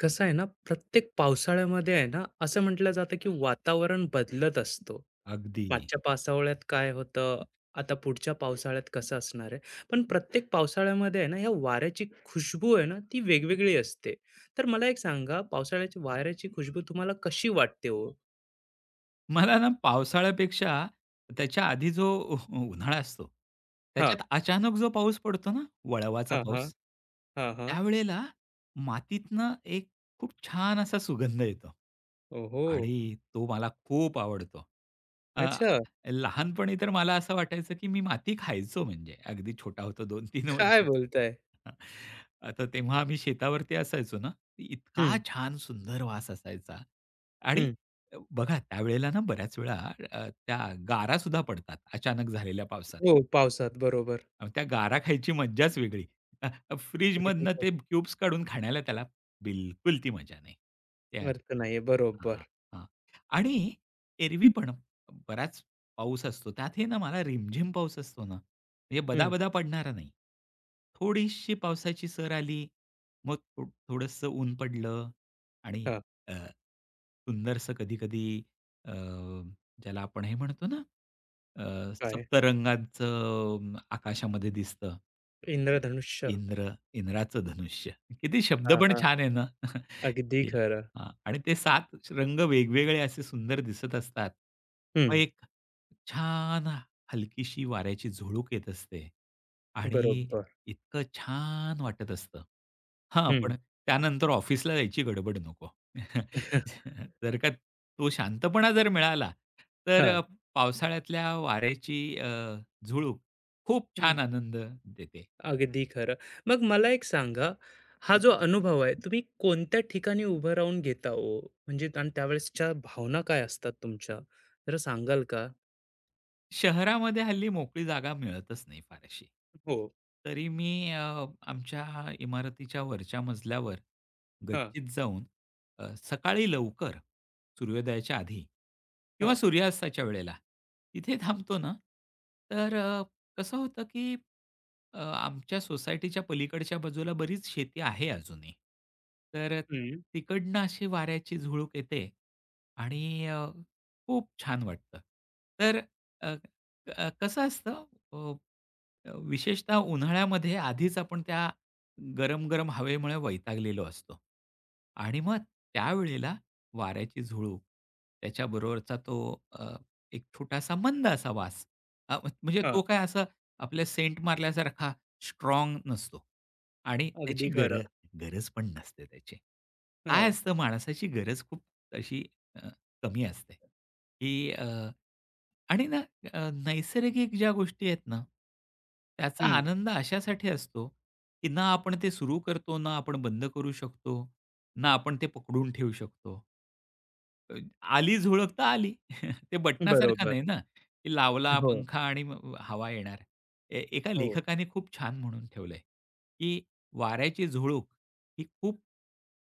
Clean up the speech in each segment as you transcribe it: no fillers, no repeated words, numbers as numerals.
कसं आहे ना, प्रत्येक पावसाळ्यामध्ये आहे ना, असं म्हटलं जातं, की वातावरण बदलत असतो. अगदी. मागच्या पावसाळ्यात काय होतं, आता पुढच्या पावसाळ्यात कसं असणार आहे. पण प्रत्येक पावसाळ्यामध्ये आहे ना, या वाऱ्याची खुशबू आहे ना, ती वेगवेगळी असते. तर मला एक सांगा, पावसाळ्याची वाऱ्याची खुशबू तुम्हाला कशी वाटते हो? मला ना पावसाळ्यापेक्षा त्याच्या आधी जो उन्हाळा असतो, हां, त्याच्यात अचानक जो पाऊस पडतो ना, वळवाचा हां, हां, पाऊस, हां, हां. त्यावेळेला मातीतनं एक खूप छान असा सुगंध येतो. ओहो! आणि तो मला खूप आवडतो. अ, अच्छा, लहानपणी तर मला असं वाटायचं, की मी माती खायचो म्हणजे अगदी छोटा होतो 2-3 काय वर्षाचा. बोलताय? आता तेव्हा आम्ही शेतावरती असायचो ना, इतका हं, छान सुंदर वास असायचा आणि हं. बघा त्यावेळेला ना बऱ्याच वेळा त्या गारासुद्धा पडतात अचानक झालेल्या पावसात. हो, पावसात बरोबर. अहो, त्या गारा खायची मज्जाच वेगळी. अ, अ, अगदी फ्रिजमधनं क- ते क्यूब्स काढून खाण्याला त्याला बिलकुल ती मजा नाही. त्या अर्थ नाहीये. हां, बरोबर. हां. आणि एरवी पण बराच पाऊस असतो. त्यात हे ना मला रिमझिम पाऊस असतो ना, म्हणजे हं, बदाबदा पडणारा नाही. थोडीशी पावसाची सर आली, मग थोडंसं ऊन पडलं आणि हां, अ, सुंदरसं कधी-कधी अ ज्याला आपण हे म्हणतो ना, काय? सप्तरंगाचं आकाशामध्ये दिसतं. इंद्रधनुष्य. इंद्र इंद्राचं धनुष्य. किती शब्द हां, पण हां. छान आहे ना. अगदी की खरं. हां आणि ते 7 रंग वेगवेगळे असे सुंदर दिसत असतात. मग हं. एक छान हलकीशी वाऱ्याची झुळूक येत असते आणि बरोबर. इतकं छान वाटत असतं. हां, पण हं. त्यानंतर ऑफिसला जायची गडबड नको. जर का तो शांतपणा जर मिळाला, तर हां. हं. पावसाळ्यातल्या वाऱ्याची झुळूक खूप छान आनंद देते. अगदी खरं. मग मला एक सांगा, हा हं. जो अनुभव आहे, तुम्ही कोणत्या ठिकाणी उभं राहून घेता ओ? म्हणजे आणि त्यावेळेसच्या भावना काय असतात तुमच्या? जरा सांगाल का? शहरामध्ये हल्ली मोकळी जागा मिळतच नाही फारशी. हो. तरी मी आमच्या इमारतीच्या वरच्या मजल्यावर हां, गच्चीत जाऊन सकाळी लवकर सूर्योदयाच्या आधी किंवा हां. सूर्यास्ताच्या वेळेला तिथे थांबतो ना, तर कसं होतं की आमच्या सोसायटीच्या पलीकडच्या बाजूला बरीच शेती आहे अजूनही. तर हं. तिकडनं अशी वाऱ्याची झुळूक येते आणि खूप छान वाटतं. तर अ, अ, कसं असतं अ, विशेषतः उन्हाळ्यामध्ये आधीच आपण त्या गरम-गरम हवेमुळे वैतागलेलो असतो आणि मग त्यावेळेला वाऱ्याची झुळूक, त्याच्याबरोबरचा तो अ, एक छोटासा मंद असा वास अ, म्हणजे हां. तो काय असा आपल्या सेंट मारल्यासारखा स्ट्राँग नसतो आणि अगदी त्याची खरं. गरज पण नसते त्याची. काय हां. असतं माणसाची गरज खूप अशी अ, कमी असते, की आणि ना नैसर्गिक ज्या गोष्टी आहेत ना, त्याचा हं. आनंद अशासाठी असतो, की ना आपण ते सुरू करतो, ना आपण बंद करू शकतो, ना आपण ते पकडून ठेवू शकतो. अ, आली झुळूक तर आली. ते बटणासारखं बरोबर. नाही ना, की लावला हो, पंखा आणि मग हवा येणार. एका हो. लेखकाने खूप छान म्हणून ठेवलंय, की वाऱ्याची झुळूक ही खूप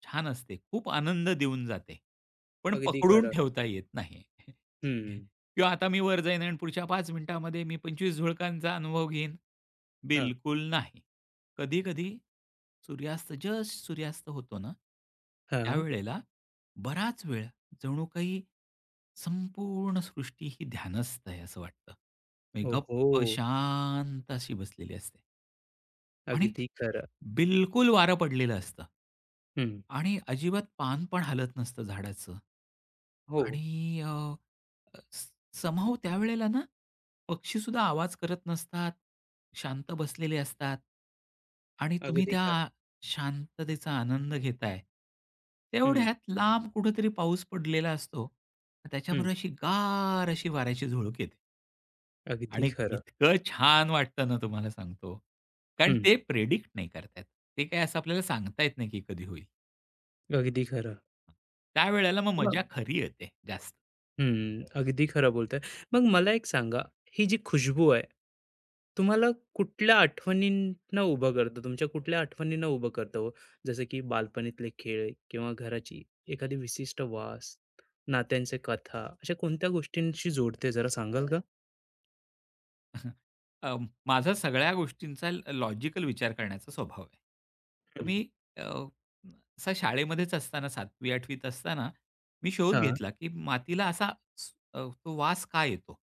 छान असते. खूप आनंद देऊन जाते. पण अगदी पकडून खरं. ठेवता येत नाही. हं. किंवा आता मी वर जाईन आणि पुढच्या 5 मिनिटामध्ये मी 25 झुळकांचा अनुभव घेईन. हां. बिलकुल नाही. कधी-कधी सूर्यास्त होतो ना, हां. त्यावेळेला बराच वेळ जणू काही संपूर्ण सृष्टी ही ध्यानस्थ आहे असं वाटतं. म्हणजे ओहो! गप्प शांत अशी बसलेली असते आणि अगदी खरं. बिलकुल वारं पडलेलं असतं हं. आणि अजिबात पान पण हलत नसतं झाडाचं हो. आणि अ, समाव स समहाऊ त्यावेळेला ना, पक्षीसुद्धा आवाज करत नसतात, शांत बसलेले असतात आणि तुम्ही अगदी त्या खरं. शांततेचा आनंद घेताय. तेवढ्यात लांब कुठेतरी पाऊस पडलेला असतो. हं, त्याच्याबरोबर अशी गार अशी वाऱ्याची झुळूक येते अगदी आणि खरं. इतकं छान वाटतं ना तुम्हाला सांगतो. कारण हं, ते प्रेडिक्ट नाही करता ते काय असं आपल्याला सांगता येत नाही की कधी होईल. अगदी खरं. त्यावेळेला मग मजा मग. खरी येते जास्त. हं, अगदी खरं बोलताय. मग मला एक सांगा, ही जी खुशबू आहे, तुम्हाला कुठल्या आठवणींना उभं करतं? तुमच्या कुठल्या आठवणींना उभं करतं हो? जसं की बालपणीतले खेळ किंवा घराची एखादी विशिष्ट वास, नात्यांचे कथा, अशा कोणत्या गोष्टींशी जोडते जरा सांगाल का? अ, माझा सगळ्या गोष्टींचा लॉजिकल विचार करण्याचा स्वभाव आहे. तर हं, मी अ, असा शाळेमध्येच असताना 7वी-8वी त असताना मी शोध हां, घेतला, की मातीला असा स अ, तो वास का येतो?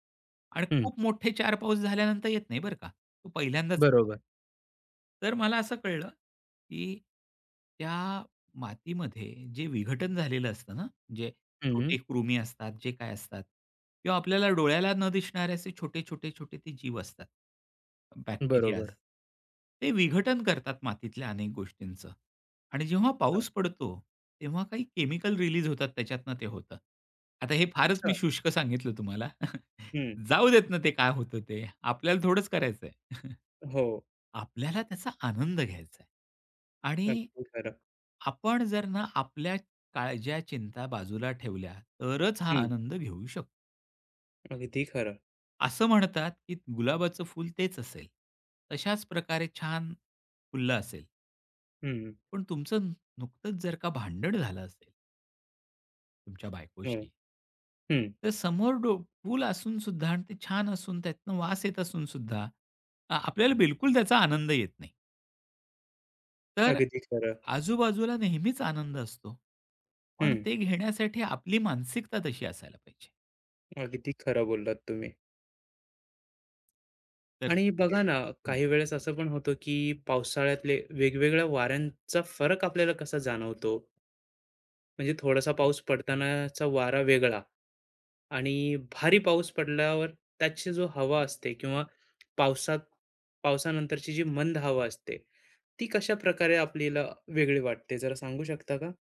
आणि हं, खूप मोठे 4 पाऊस झाल्यानंतर येत नाही बरं का. तो पहिल्यांदाच येतो. बरोबर. तर मला असं कळलं, की त्या मातीमध्ये जे विघटन झालेलं असतं ना, म्हणजे हं, छोटे कृमी असतात, जे काय असतात किंवा आपल्याला डोळ्याला न दिसणारे असे छोटे-छोटे-छोटे ते जीव असतात. बॅक्टेरियाज. बरोबर. ते विघटन करतात मातीतल्या अनेक गोष्टींचं आणि जेव्हा हां, पाऊस पडतो, तेव्हा काही केमिकल रिलीज होतात त्याच्यातनं ते होतं. आता हे फारच मी अच्छा. शुष्क सांगितलं तुम्हाला. हं, जाऊ देत ना ते काय होतं ते. आपल्याला थोडंच करायचंय. हो, आपल्याला त्याचा आनंद घ्यायचा आहे. आणि अगदी खरं. आपण जर ना आपल्या काळज्या, चिंता बाजूला ठेवल्या, तरच हा हं, आनंद घेऊ शकतो. अगदी खरं. असं म्हणतात, की गुलाबाचं फूल तेच असेल. तशाच प्रकारे छान फुललं असेल. हं, पण तुमचं नुकतंच जर का भांडण झालं असेल तुमच्या हो. बायकोशी, हं. तर समोर फूल असून सुद्धा आणि ते छान असून त्यातनं वास येत असून सुद्धा, आपल्याला बिलकुल त्याचा आनंद येत नाही. तर अगदी खरं. आजूबाजूला नेहमीच आनंद असतो. पण हं. ते घेण्यासाठी आपली मानसिकता तशी असायला पाहिजे. अगदी खरं बोललात तुम्ही. तर आणि बघा ना, हं. काही वेळेस असं पण होतं, की पावसाळ्यातले वेगवेगळ्या वाऱ्यांचा फरक आपल्याला कसा जाणवतो? म्हणजे थोडासा पाऊस पडतानाचा वारा वेगळा आणि भारी पाऊस पडल्यावर त्याची जो हवा असते किंवा पावसात पावसानंतरची जी मंद हवा असते, ती कशाप्रकारे आपल्याला वेगळी वाटते जरा सांगू शकता का?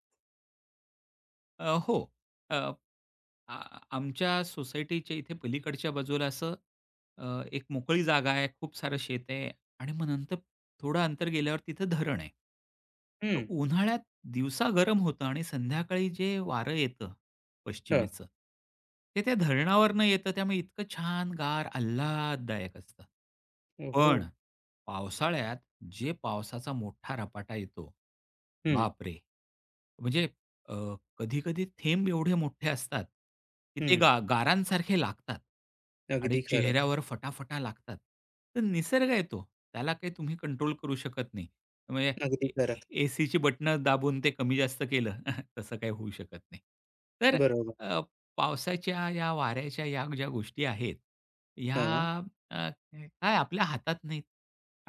हो. अ, आ आमच्या सोसायटीच्या इथे पलीकडच्या बाजूला असं अ, एक मोकळी जागा आहे, खूप सारं शेत आहे आणि मग नंतर थोडं अंतर गेल्यावर तिथं धरण आहे. तर हं. उन्हाळ्यात दिवसा गरम होतं आणि संध्याकाळी जे वारं येतं हं. पश्चिमेचं, ते त्या धरणावरनं येतं त्यामुळे इतकं छान गार आल्हाददायक असतं. ओहो! पण पावसाळ्यात जे पावसाचा मोठा रपाटा येतो, हं, बापरे! म्हणजे कधी-कधी थेंब एवढे मोठे असतात, की ते हं. गारांसारखे लागतात आणि अगदी खरं. चेहऱ्यावर फटाफटा लागतात. तर निसर्ग आहे तो. त्याला काही तुम्ही कंट्रोल करू शकत नाही. म्हणजे अगदी ए खरं. एसीची बटणं दाबून ते कमी जास्त केलं, तसं काही होऊ शकत नाही. तर बरोबर. अ, पावसाच्या या वाऱ्याच्या या ज्या गोष्टी आहेत, ह्या हां. अ, काय आपल्या हातात नाहीत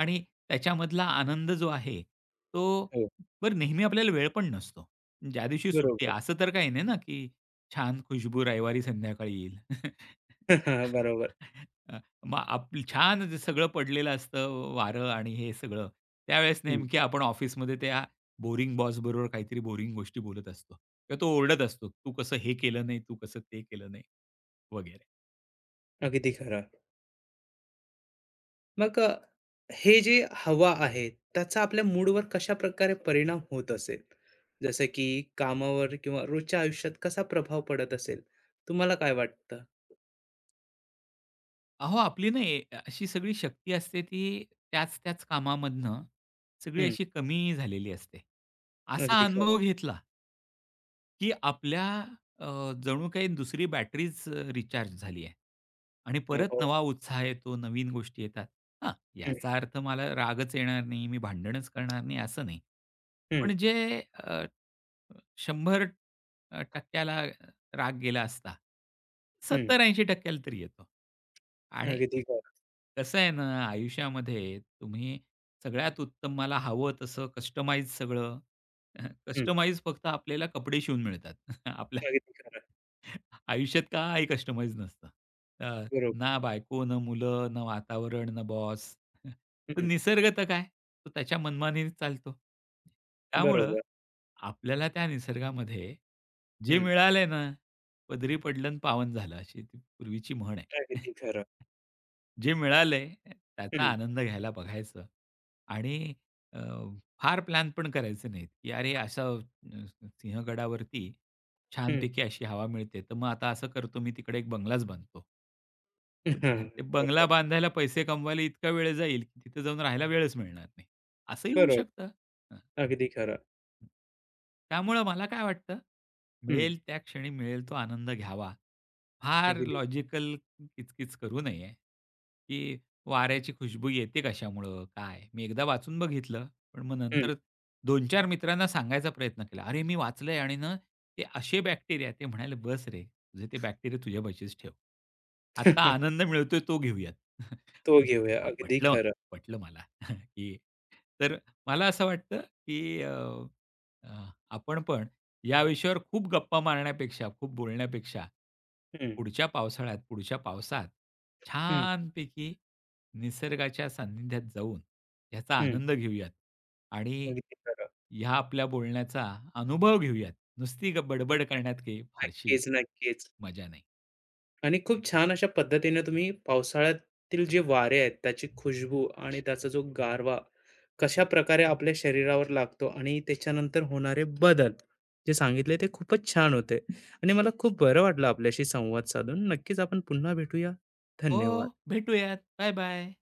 आणि त्याच्यामधला आनंद जो आहे, तो हो, बरं नेहमी आपल्याला वेळ पण नसतो. ज्या दिवशी सुट्टी बरोबर. आहे असं तर काही नाही ना, की छान खुशबू रविवारी संध्याकाळी येईल. बरोबर. अ, मग आपलं छान जे सगळं पडलेलं असतं वारं आणि हे सगळं. त्यावेळेस हं. नेमकी आपण ऑफिसमध्ये त्या बोरिंग बॉसबरोबर काहीतरी बोरिंग गोष्टी बोलत असतो किंवा तो ओरडत असतो, "तू कसं हे केलं नाही, तू कसं ते केलं नाही" वगैरे. अगदी खरं. मग हे जे हवा आहे, त्याचा आपल्या मूडवर कशाप्रकारे परिणाम होत असेल? जसं की कामावर किंवा रोजच्या आयुष्यात कसा प्रभाव पडत असेल? तुम्हाला काय वाटतं? अहो आपली ना अशी सगळी शक्ती असते ती त्याच-त्याच कामामधनं सगळी हं, अशी कमी झालेली असते. असा अगदी खरं. अनुभव घेतला की आपल्या अ, जणू काही दुसरी बॅटरीच रिचार्ज झाली आहे आणि हो, परत हो. नवा उत्साह येतो, नवीन गोष्टी येतात. हां, हं, याचा अर्थ मला रागच येणार नाही, मी भांडणच करणार नाही असं नाही. हं, पण जे 100 टक्क्याला राग गेला असता, हं. 70 80 ला तरी येतो. आणि अगदी खरं. कसं आहे ना, आयुष्यामध्ये तुम्ही सगळ्यात उत्तम मला हवं तसं कस्टमाइज सगळं. हं, कस्टमाइज फक्त आपल्याला कपडे शिवून मिळतात. आपल्या अगदी खरं. आयुष्यात काही कस्टमाइज नसतं. अ, बरोबर. ना बायको, ना मुलं, ना वातावरण, ना बॉस. तर हं, निसर्ग तर काय? तो त्याच्या मनमानीने चालतो. त्यामुळं बरोबर. आपल्याला त्या निसर्गामध्ये जे हं, मिळालंय ना, पदरी पडलं आणि पावन झालं, अशी ती पूर्वीची म्हण आहे. अगदी खरं. जे मिळालंय त्याचा हं, आनंद घ्यायला बघायचं आणि अ, फार प्लॅन पण करायचे नाहीत, की अरे असं सिंहगडावरती हं. छानपैकी अशी हवा मिळते, तर मग आता असं करतो मी तिकडे एक बंगलाच बांधतो. ते ते बंगला बरोबर. बांधायला पैसे कमवायला इतका वेळ जाईल, की तिथे जाऊन राहायला वेळच मिळणार नाही. असंही होऊ बरोबर. शकतं. अगदी खरं. त्यामुळं मला काय वाटतं, हं, मिळेल त्या क्षणी मिळेल तो आनंद घ्यावा. फार अगदी. लॉजिकल किचकिच करू नये, की वाऱ्याची खुशबू येते कशामुळं, काय? मी एकदा वाचून बघितलं, पण मग हं. नंतर 2-4 मित्रांना सांगायचा प्रयत्न केला. "अरे, मी वाचलंय आणि ना ते असे बॅक्टेरिया" ते म्हणाले, "बस रे, तुझे ते बॅक्टेरिया तुझ्या पाशीच ठेव. आता आनंद मिळतोय तो घेऊयात." तो घेऊया. हां, अगदी पटलं, खरं. पटलं मला, की तर मला असं वाटतं, की अ, आपण पण या विषयावर खूप गप्पा मारण्यापेक्षा, खूप बोलण्यापेक्षा, हं, पुढच्या पावसाळ्यात, पुढच्या पावसात हं, छानपैकी निसर्गाच्या सान्निध्यात जाऊन ह्याचा हं. आनंद घेऊयात आणि अगदी खरं. ह्या आपल्या बोलण्याचा अनुभव घेऊयात. नुसती ग बडबड करण्यात काही हो. फारशी नक्कीच, नक्कीच. मजा नाही. आणि खूप छान अशा पद्धतीने तुम्ही पावसाळ्यातील जे वारे आहेत, त्याची खुशबू आणि त्याचा जो गारवा कशा प्रकारे आपल्या शरीरावर लागतो आणि त्याच्यानंतर होणारे बदल जे सांगितले ते खूपच छान होते आणि मला खूप बरं वाटलं आपल्याशी संवाद साधून. नक्कीच आपण पुन्हा भेटूया. हो, धन्यवाद. भेटूयात. बाय-बाय.